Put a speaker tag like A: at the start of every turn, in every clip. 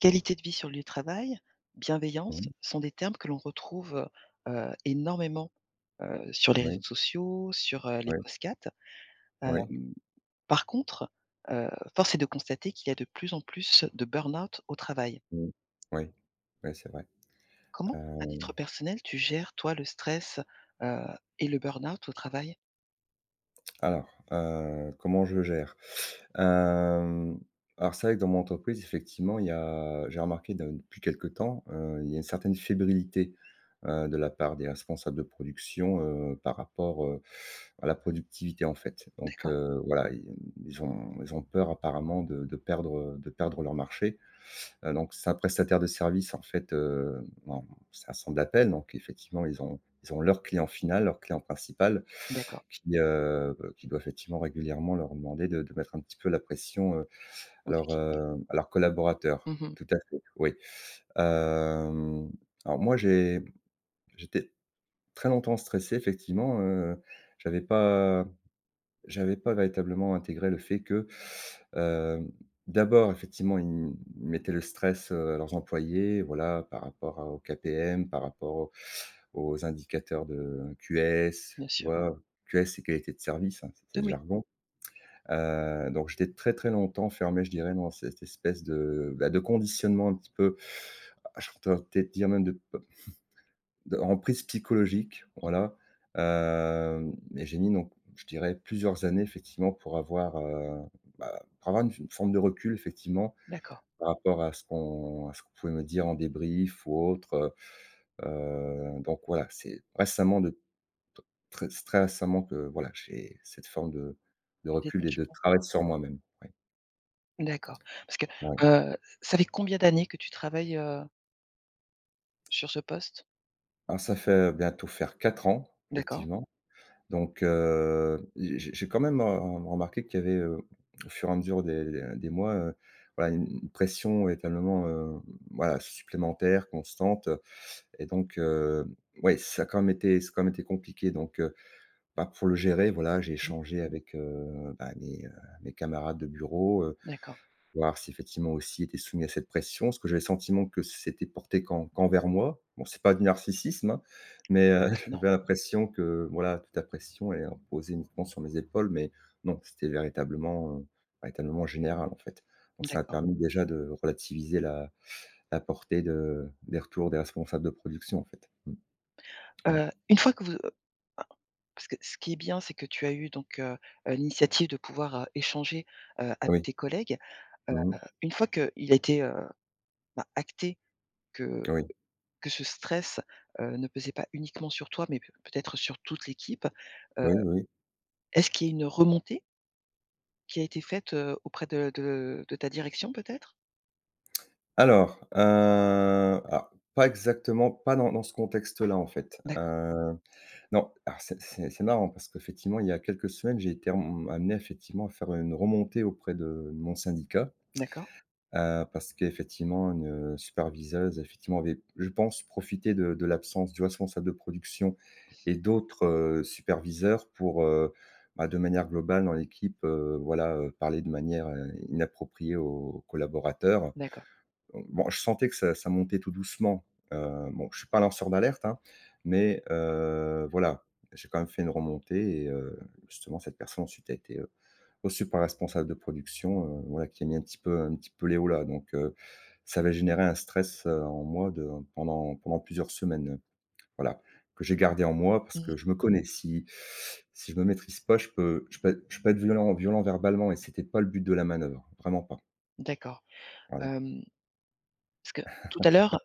A: Qualité de vie sur le lieu de travail,
B: Mmh.
A: bienveillance sont des termes que l'on retrouve, énormément, sur les réseaux
B: Oui,
A: sociaux, sur, les
B: oui,
A: podcasts. Hem,
B: oui,
A: Par contre, heu, force est de constater qu'il y a de plus en plus de burn-out au travail.
B: mmh, oui, oui, c'est vrai.
A: Comment, à
B: Hem,
A: titre personnel, tu gères, toi, le stress, heu et le burn-out au travail?
B: alors, comment je gère? Hem, alors c'est vrai que dans mon entreprise, effectivement, il y a j'ai remarqué de depuis quelque temps, il y a une certaine fébrilité, de la part des responsables de production, par rapport, à la productivité, en fait. Donc,
A: D'accord,
B: voilà, ils ont peur apparemment de perdre leur marché. Donc c'est un prestataire de service en fait, en c'est un centre d'appel, donc effectivement ils ont leur client final, leur client principal
A: d'accord,
B: qui doit effectivement régulièrement leur demander de mettre un petit peu la pression,
A: aux équipes.
B: à leurs collaborateurs.
A: Mmh.
B: Tout à fait, oui. Hem, alors moi j'étais très longtemps stressé effectivement, j'avais pas j'avais pas véritablement intégré le fait que, hem, d'abord, effectivement, ils m mettaient le stress, à leurs employés, voilà, par rapport à aux KPM, par rapport aux indicateurs de QS,
A: Bien
B: tu
A: sûr.
B: vois? QS, c'est qualité de service, hein, c'était
A: Oui,
B: le
A: oui,
B: jargon. Donc j'étais très, très longtemps fermé, je dirais, dans cette espèce de, bah, de conditionnement un petit peu, ah, je pourrais peut-être dire même de emprise psychologique, voilà. Hem Et j'ai mis donc, je dirais, plusieurs années effectivement pour avoir, bah, pour avoir une forme de recul effectivement
A: d'accord,
B: par rapport à ce qu'on pouvait me dire en débrief ou autre. Donc voilà, c'est très récemment que, voilà, j'ai cette forme de recul et de
A: détachement.
B: travail sur moi-même. Ouais,
A: D'accord. Parce que,
B: ouais.
A: ça fait combien d'années que tu travailles, sur ce poste?
B: Alors ça fait bientôt faire 4 ans,
A: D'accord.
B: effectivement. Donc, j'ai quand même, remarqué qu'il y avait, au fur et à mesure des mois, voilà, une pression éternellement, voilà, supplémentaire, constante, et donc, ouais, ça a quand même été compliqué. Donc, bah, pour le gérer, voilà, j'ai échangé avec, bah, mes camarades de bureau,
A: D'accord,
B: voir si effectivement aussi était soumis à cette pression, ce que j'avais le sentiment que c'était porté qu'envers moi. Bon, c'est pas du narcissisme, hein, mais,
A: bah, c'est énorme.
B: j'avais l'impression que, voilà, toute la pression elle est imposée uniquement sur mes épaules, mais non, c'était véritablement, véritablement général, en fait. Donc ça a
A: D'accord.
B: permis déjà de relativiser la portée de des retours des responsables de production, en fait. Mmh, oui.
A: Une fois que vous, ah, parce que ce qui est bien, c'est que tu as eu donc, l'initiative de pouvoir, échanger, avec
B: Oui.
A: tes collègues. Heu,
B: Mmh.
A: une fois qu'il a été, bah, acté que
B: Oui.
A: ce stress, ne pesait pas uniquement sur toi, mais peut-être sur toute l'équipe, heu,
B: Oui, oui, oui.
A: est-ce qu'il y a une remontée qui a été faite, auprès de ta direction peut-être?
B: Alors, pas exactement, pas dans ce contexte-là, en fait.
A: D'accord.
B: Non, alors c'est marrant parce qu'effectivement, il y a quelques semaines, j'ai été rem amené effectivement à faire une remontée auprès de mon syndicat,
A: D'accord,
B: parce qu'effectivement une superviseuse effectivement avait, je pense, profité de l'absence du responsable de production et d'autres, superviseurs pour, bah, de manière globale dans l'équipe, parler de manière, inappropriée aux collaborateurs.
A: d'accord.
B: Bon, je sentais que ça montait tout doucement. Bon, je suis pas lanceur d'alerte, hein, mais, voilà, j'ai quand même fait une remontée. Et, justement, cette personne ensuite a été, reçue par la responsable de production, voilà, qui a mis un petit peu léo là. Donc, ça avait généré un stress, en moi de pendant pendant plusieurs semaines, voilà, que j'ai gardé en moi parce
A: Mmh.
B: que je me connais. Si je me maîtrise pas, je peux être violent verbalement, et c'était pas le but de la manœuvre, vraiment pas.
A: D'accord.
B: Voilà.
A: Hem, Parce que tout à l'heure,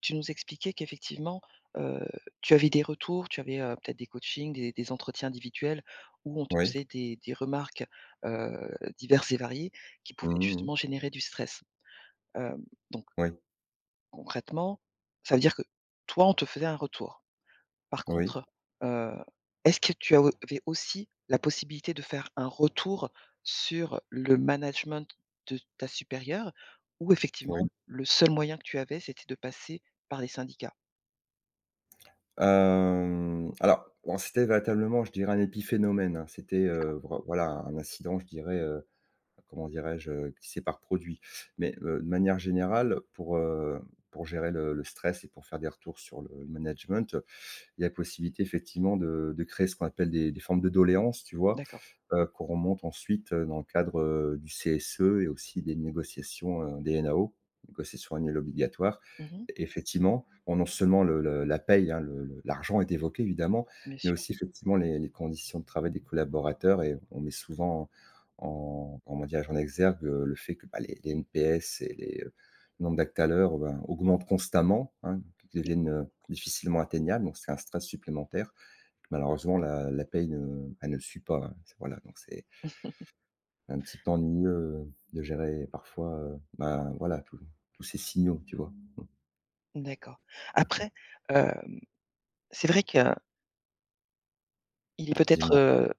A: tu nous expliquais qu'effectivement, heu, tu avais des retours, tu avais, peut-être des coachings, des entretiens individuels où on te
B: Oui.
A: faisait des remarques, heu, diverses et variées qui pouvaient
B: Mmh, mmh. Mmh.
A: justement générer du stress. Hem, donc
B: Oui,
A: concrètement, ça veut dire que toi, on te faisait un retour. Par
B: oui.
A: contre, heu, est-ce que tu avais aussi la possibilité de faire un retour sur le management de ta supérieure ou effectivement
B: Oui.
A: le seul moyen que tu avais, c'était de passer par les syndicats?
B: Alors, bon, c'était véritablement, je dirais, un épiphénomène, hein. C'était, voilà, un incident, je dirais, comment dirais-je, qui s'est par produit. Mais, de manière générale, pour gérer le stress et pour faire des retours sur le management, il y a possibilité effectivement de créer ce qu'on appelle des formes de doléances, tu vois?
A: D'accord.
B: Qu'on remonte ensuite, dans le cadre, du CSE et aussi des négociations, des NAO, négociations annuelles obligatoires.
A: Mmh mh.
B: Et effectivement, bon, non seulement le la paye, hein, le l'argent est évoqué évidemment,
A: Bien
B: mais
A: sûr.
B: aussi effectivement les conditions de travail des collaborateurs, et on met souvent en, comment dirais-je? En exergue, le fait que, bah, les NPS et les, le d'actes à l'heure, ben, augmentent constamment, hein, qui deviennent, difficilement atteignables, donc c'est un stress supplémentaire. Malheureusement, la paye, ne elle ne suit pas, hein. C'est Voilà, donc c'est un petit peu ennuyeux, euh, de gérer parfois, ben, voilà, tous ces signaux, tu vois?
A: D'accord. Après, hem, c'est vrai qu'il est peut-être,
B: Dis-moi.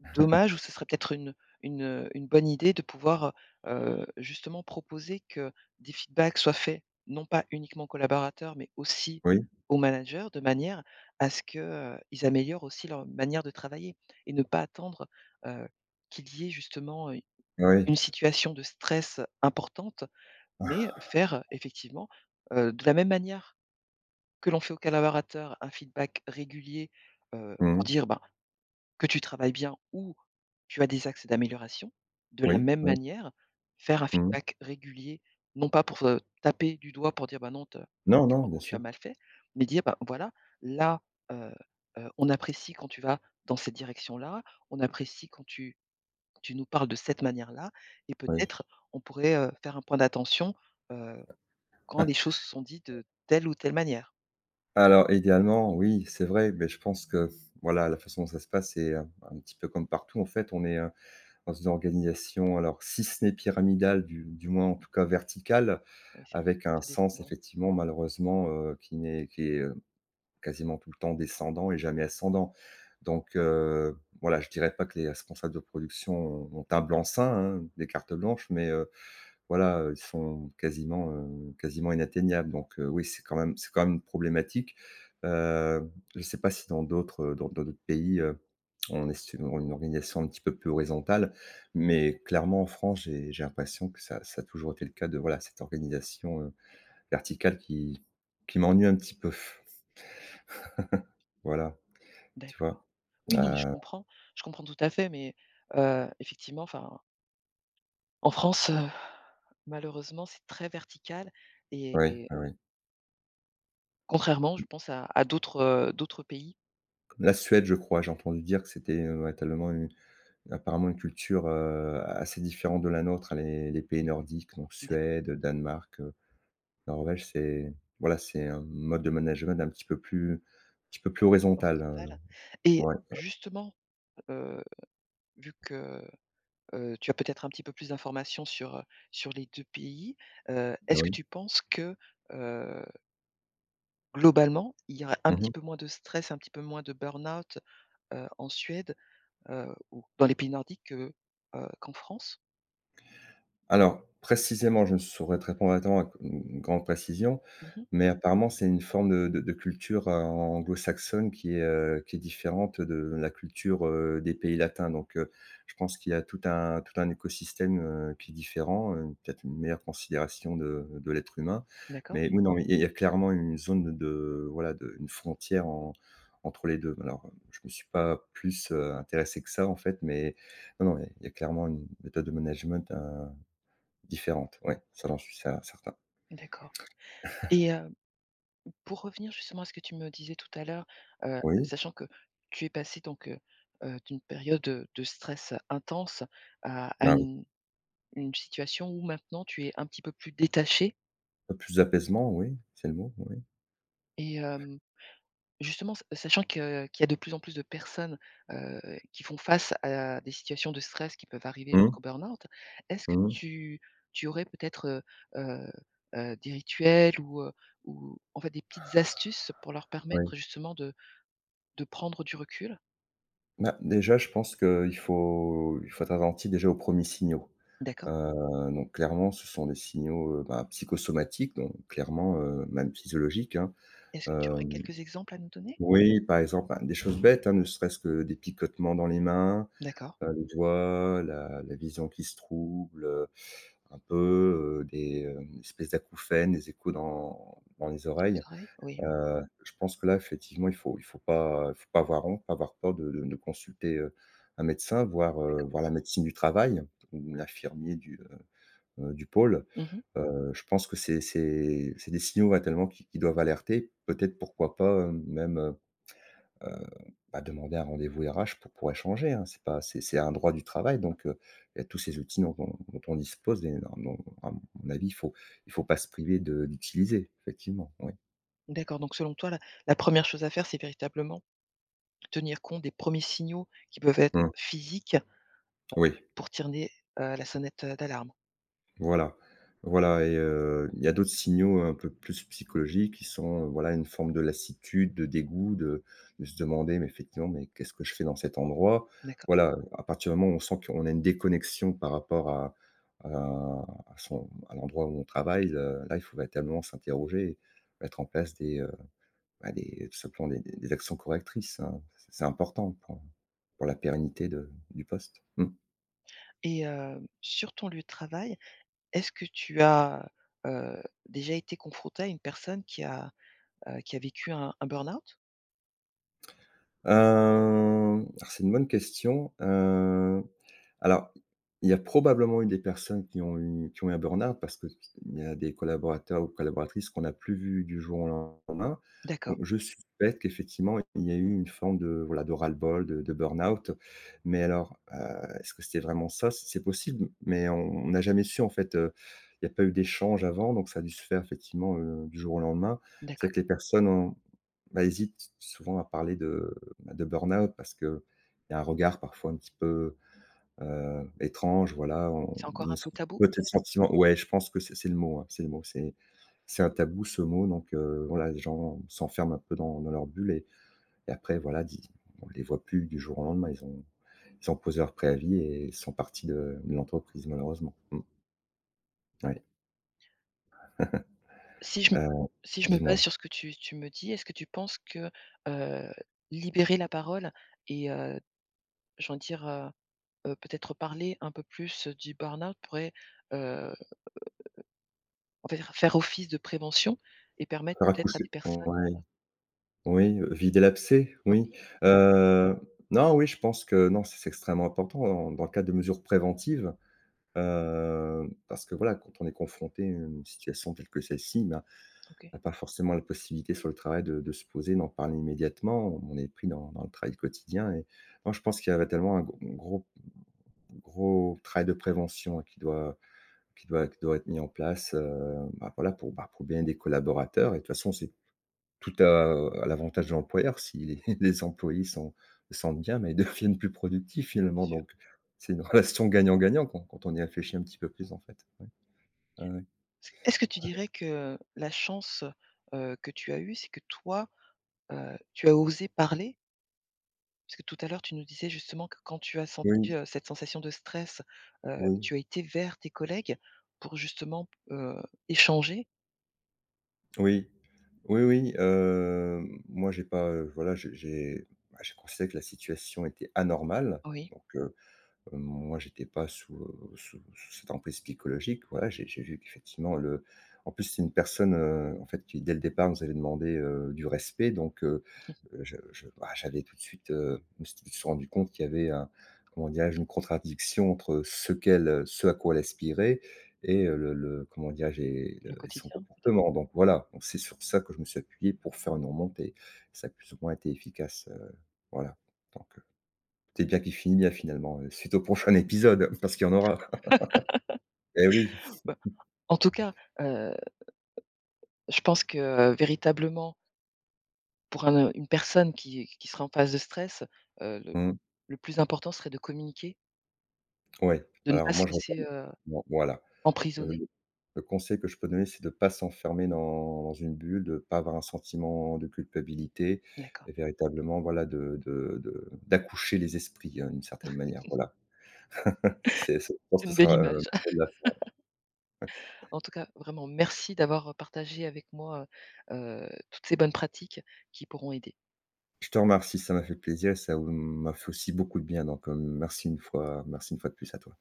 A: dommage ou ce serait peut-être une bonne idée de pouvoir, justement proposer que des feedbacks soient faits, non pas uniquement aux collaborateurs, mais aussi
B: Oui,
A: aux managers, de manière à ce que, ils améliorent aussi leur manière de travailler et ne pas attendre, heu, qu'il y ait justement,
B: oui.
A: une situation de stress importante, mais faire effectivement, de la même manière. Que l'on fait aux collaborateurs un feedback régulier, pour
B: Mmh.
A: dire, ben, que tu travailles bien ou tu as des axes d'amélioration. De la
B: Oui,
A: même
B: oui.
A: manière, faire un
B: Mmh.
A: feedback régulier, non pas pour, taper du doigt pour dire: «Bah, non, te
B: Non,
A: je
B: non,
A: crois
B: bien
A: quand tu as
B: sûr,
A: mal fait», mais dire: «Bah, voilà, là, heu on apprécie quand tu vas dans cette direction-là, on apprécie quand tu nous parles de cette manière-là et
B: oui.
A: peut-être on pourrait, faire un point d'attention, heu, quand les choses sont dites de telle ou telle manière».
B: Alors idéalement, oui, c'est vrai, mais je pense que, voilà, la façon dont ça se passe, c'est, un petit peu comme partout, en fait, on est, dans une organisation, alors si ce n'est pyramidale, du moins, en tout cas, verticale,
A: Oui, c'est
B: avec un
A: très
B: sens
A: descendant.
B: effectivement malheureusement, qui n'est qui est, quasiment tout le temps descendant et jamais ascendant. Donc, voilà, je dirais pas que les responsables de production ont un blanc-seing, hein, des cartes blanches, mais, voilà, ils sont quasiment, quasiment inatteignables. Donc, oui, c'est quand même une problématique. Je ne sais pas si dans d'autres pays, on est sur une organisation un petit peu plus horizontale, mais clairement en France, j'ai l'impression que ça a toujours été le cas de, voilà, cette organisation, verticale, qui m'ennuie un petit peu. Voilà, tu vois?
A: D'accord. Oui, non, mais
B: Heu,
A: je comprends tout à fait, mais effectivement, enfin, en France, malheureusement, c'est très vertical
B: ouais,
A: et
B: ouais, ouais.
A: contrairement, je pense, à d'autres, d'autres pays,
B: La Suède, je crois, j'ai entendu dire que c'était, ouais, tellement une apparemment une culture, assez différente de la nôtre, les pays nordiques, donc
A: d'acc
B: Suède, Danemark, Norvège, c'est voilà, c'est un mode de management un petit peu plus horizontal,
A: horizontal et
B: ouais,
A: justement, heu, vu que, tu as peut-être un petit peu plus d'informations sur, sur les 2 pays, est-ce que
B: oui.
A: tu penses que, heu, globalement, il y aurait un petit
B: Mmh.
A: peu moins de stress, un petit peu moins de burn-out, en Suède, ou dans les pays nordiques que, qu'en France.
B: Alors, précisément, je ne saurais te répondre vraiment avec une grande précision,
A: Mmh.
B: mais apparemment, c'est une forme de culture, anglo-saxonne, qui est différente de la culture, des pays latins. Donc, je pense qu'il y a tout un écosystème, qui est différent, peut-être une meilleure considération de l'être humain.
A: D'accord.
B: Mais oui, non, il y a clairement une zone voilà, de une frontière en entre les 2. Alors, je ne me suis pas plus, intéressé que ça, en fait, mais non, non, il y a clairement une méthode de management, différente, ouais, ça j'en suis certain.
A: D'accord et pour revenir justement à ce que tu me disais tout à l'heure,
B: Oui,
A: sachant que tu es passé donc, d'une période, de stress intense à
B: ah oui,
A: une situation où maintenant tu es un petit peu plus détaché
B: plus d'apaisement, oui, c'est le mot, oui.
A: et euh, justement, s sachant que qu'il y a de plus en plus de personnes, heu, qui font face à des situations de stress qui peuvent arriver
B: Mmh,
A: jusqu'au burn-out, est-ce que
B: mmh,
A: tu aurais peut-être, heu des rituels ou en fait des petites astuces pour leur
B: oui.
A: permettre justement de prendre du recul?
B: Bah, déjà, je pense qu'il faut il faut être attentif déjà aux premiers signaux.
A: D'accord.
B: Donc clairement, ce sont des signaux, bah, psychosomatiques, donc clairement, même physiologiques, hein.
A: Est-ce que tu aurais
B: Hem,
A: quelques exemples à nous donner?
B: oui, par exemple, bah, des choses bêtes, hein, ne serait-ce que des picotements dans les mains,
A: D'accord.
B: les doigts, la vision qui se trouble, un peu, des espèces d'acouphènes, des échos dans les
A: Les
B: oreilles.
A: oreilles? Oui.
B: Je pense que là, effectivement, il faut pas avoir honte, pas avoir peur de consulter, un médecin, voir, voir la médecine du travail ou l'infirmier du pôle.
A: Mmh.
B: Je pense que c'est des signaux, ouais, tellement qui doivent alerter. Peut-être, pourquoi pas, même, heu, bah, demander un rendez-vous RH pour échanger, hein. C'est pas c'est c'est un droit du travail, donc, il y a tous ces outils dont on dispose, et non non, à mon avis, il faut pas se priver de d'utiliser, effectivement, oui.
A: D'accord, donc selon toi, la 1re chose à faire, c'est véritablement tenir compte des premiers signaux qui peuvent être
B: Mmh,
A: physiques
B: oui.
A: pour tirer, la sonnette, d'alarme?
B: Voilà, voilà, et, il y a d'autres signaux un peu plus psychologiques qui sont, voilà, une forme de lassitude, de dégoût, de se demander: «Mais effectivement, mais qu'est-ce que je fais dans cet endroit?»
A: D'accord
B: Voilà, à partir du moment où on sent qu'on a une déconnexion par rapport à à l'endroit où on travaille, là, il faut véritablement s'interroger, et mettre en place des, bah, des tout simplement des actions correctrices, hein. C'est important pour la pérennité de du poste. Mmh.
A: et sur ton lieu de travail, est-ce que tu as, heu, déjà été confronté à une personne qui a vécu un burn-out?
B: Hem, c'est une bonne question. Alors, il y a probablement eu des personnes qui ont eu un burn-out, parce qu'il y a des collaborateurs ou collaboratrices qu'on n'a plus vus du jour au lendemain.
A: D'accord,
B: Donc je suspecte qu'effectivement, il y a eu une forme de, voilà, de ras-le-bol, de burn-out. Mais alors, est-ce que c'était vraiment ça? C'est possible, mais on n'a jamais su en fait, il n'y a pas eu d'échange avant, donc ça a dû se faire effectivement, du jour au lendemain. C'est
A: d'accord.
B: que les personnes ont bah, hésite souvent à parler de bah, de burn-out, parce qu'il y a un regard parfois un petit peu, étrange, voilà, on
A: C'est
B: il
A: encore
B: y
A: un
B: a
A: peu tabou
B: peut-être
A: peut-être?
B: sentiment, ouais, je pense que c'est le mot, hein, c'est le mot, c'est un tabou, ce mot. Donc, voilà, les gens s'enferment un peu dans leur bulle, et après voilà, dis on les voit plus du jour au lendemain. Ils ont posé leur préavis et sont partis de l'entreprise, malheureusement. Mmh, ouais,
A: Si je m
B: heu,
A: Si je me base
B: dis-moi?
A: sur ce que tu me dis, est-ce que tu penses que, heu, libérer la parole et j'ai envie de dire, peut-être parler un peu plus du burn-out pourrait, heu, on va faire office de prévention et permettre peut-être à
B: Raccourci,
A: des personnes.
B: ouais. Oui, vider l'abcès, oui.
A: Oui, mmh,
B: Heu, non, oui, je pense que non, c'est extrêmement important dans le cadre de mesures préventives, parce que voilà, quand on est confronté à une situation telle que celle-ci, ben,
A: OK,
B: on n'a pas forcément la possibilité sur le travail de se poser, d'en parler immédiatement. On est pris dans le travail quotidien, et non, je pense qu'il y avait tellement un gros gros gros travail de prévention qui doit être mis en place, bah, voilà, pour bien des collaborateurs, et de toute façon, c'est tout à l'avantage de l'employeur si les les employés sont se sentent bien, mais ils deviennent plus productifs
A: bien
B: finalement,
A: sûr.
B: donc c'est une relation gagnant-gagnant quand on y réfléchit un petit peu plus en fait. Ouais. Ouais, ouais.
A: Est-ce que tu dirais que la chance, que tu as eue, c'est que toi, tu as osé parler? Parce que tout à l'heure, tu nous disais justement que quand tu as
B: Oui,
A: senti, cette sensation de stress,
B: oui,
A: tu as été vers tes collègues pour justement, échanger.
B: oui. Oui, oui, moi j'ai pas, voilà, j'ai bah, j'ai considéré que la situation était anormale,
A: Oui,
B: donc, moi, j'étais pas sous, sous cette emprise psychologique. Voilà, j'ai vu qu'effectivement, le en plus, c'est une personne, en fait, qui dès le départ nous avait demandé, du respect, donc,
A: mmh.
B: je, bah, j'avais tout de suite, je me suis tout de suite rendu compte qu'il y avait un comment dirais-je? Une contradiction entre ce à quoi elle aspirait, et, le comment dirais-je? Et
A: Le
B: le et son
A: quotidien peut-être.
B: comportement, donc voilà, donc c'est sur ça que je me suis appuyé pour faire une remontée. Ça a plus ou moins été efficace, voilà, donc, t'es bien qu'il finit bien finalement, suite au prochain épisode, parce qu'il y en aura. Eh oui,
A: Bah, en tout cas, heu, je pense que véritablement pour une personne qui serait en phase de stress, heu, le
B: mmh,
A: le plus important serait de communiquer,
B: ouais.
A: de ne
B: Alors
A: pas se
B: moi je
A: laisser,
B: recommande, non, voilà. Heu,
A: emprisonner.
B: le le conseil que je peux donner, c'est de ne pas s'enfermer dans une bulle, de ne pas avoir un sentiment de culpabilité,
A: D'accord,
B: et véritablement, voilà, de d'accoucher les esprits, hein, d'une certaine manière, voilà. C'est, je pense,
A: c'est
B: que
A: une
B: ce
A: belle
B: sera, le
A: image.
B: mot de la fin.
A: En tout cas, vraiment merci d'avoir partagé avec moi, heu toutes ces bonnes pratiques qui pourront aider.
B: Je te remercie, ça m'a fait plaisir, et ça, mmh, m'a fait aussi beaucoup de bien, donc, merci une fois de plus à toi.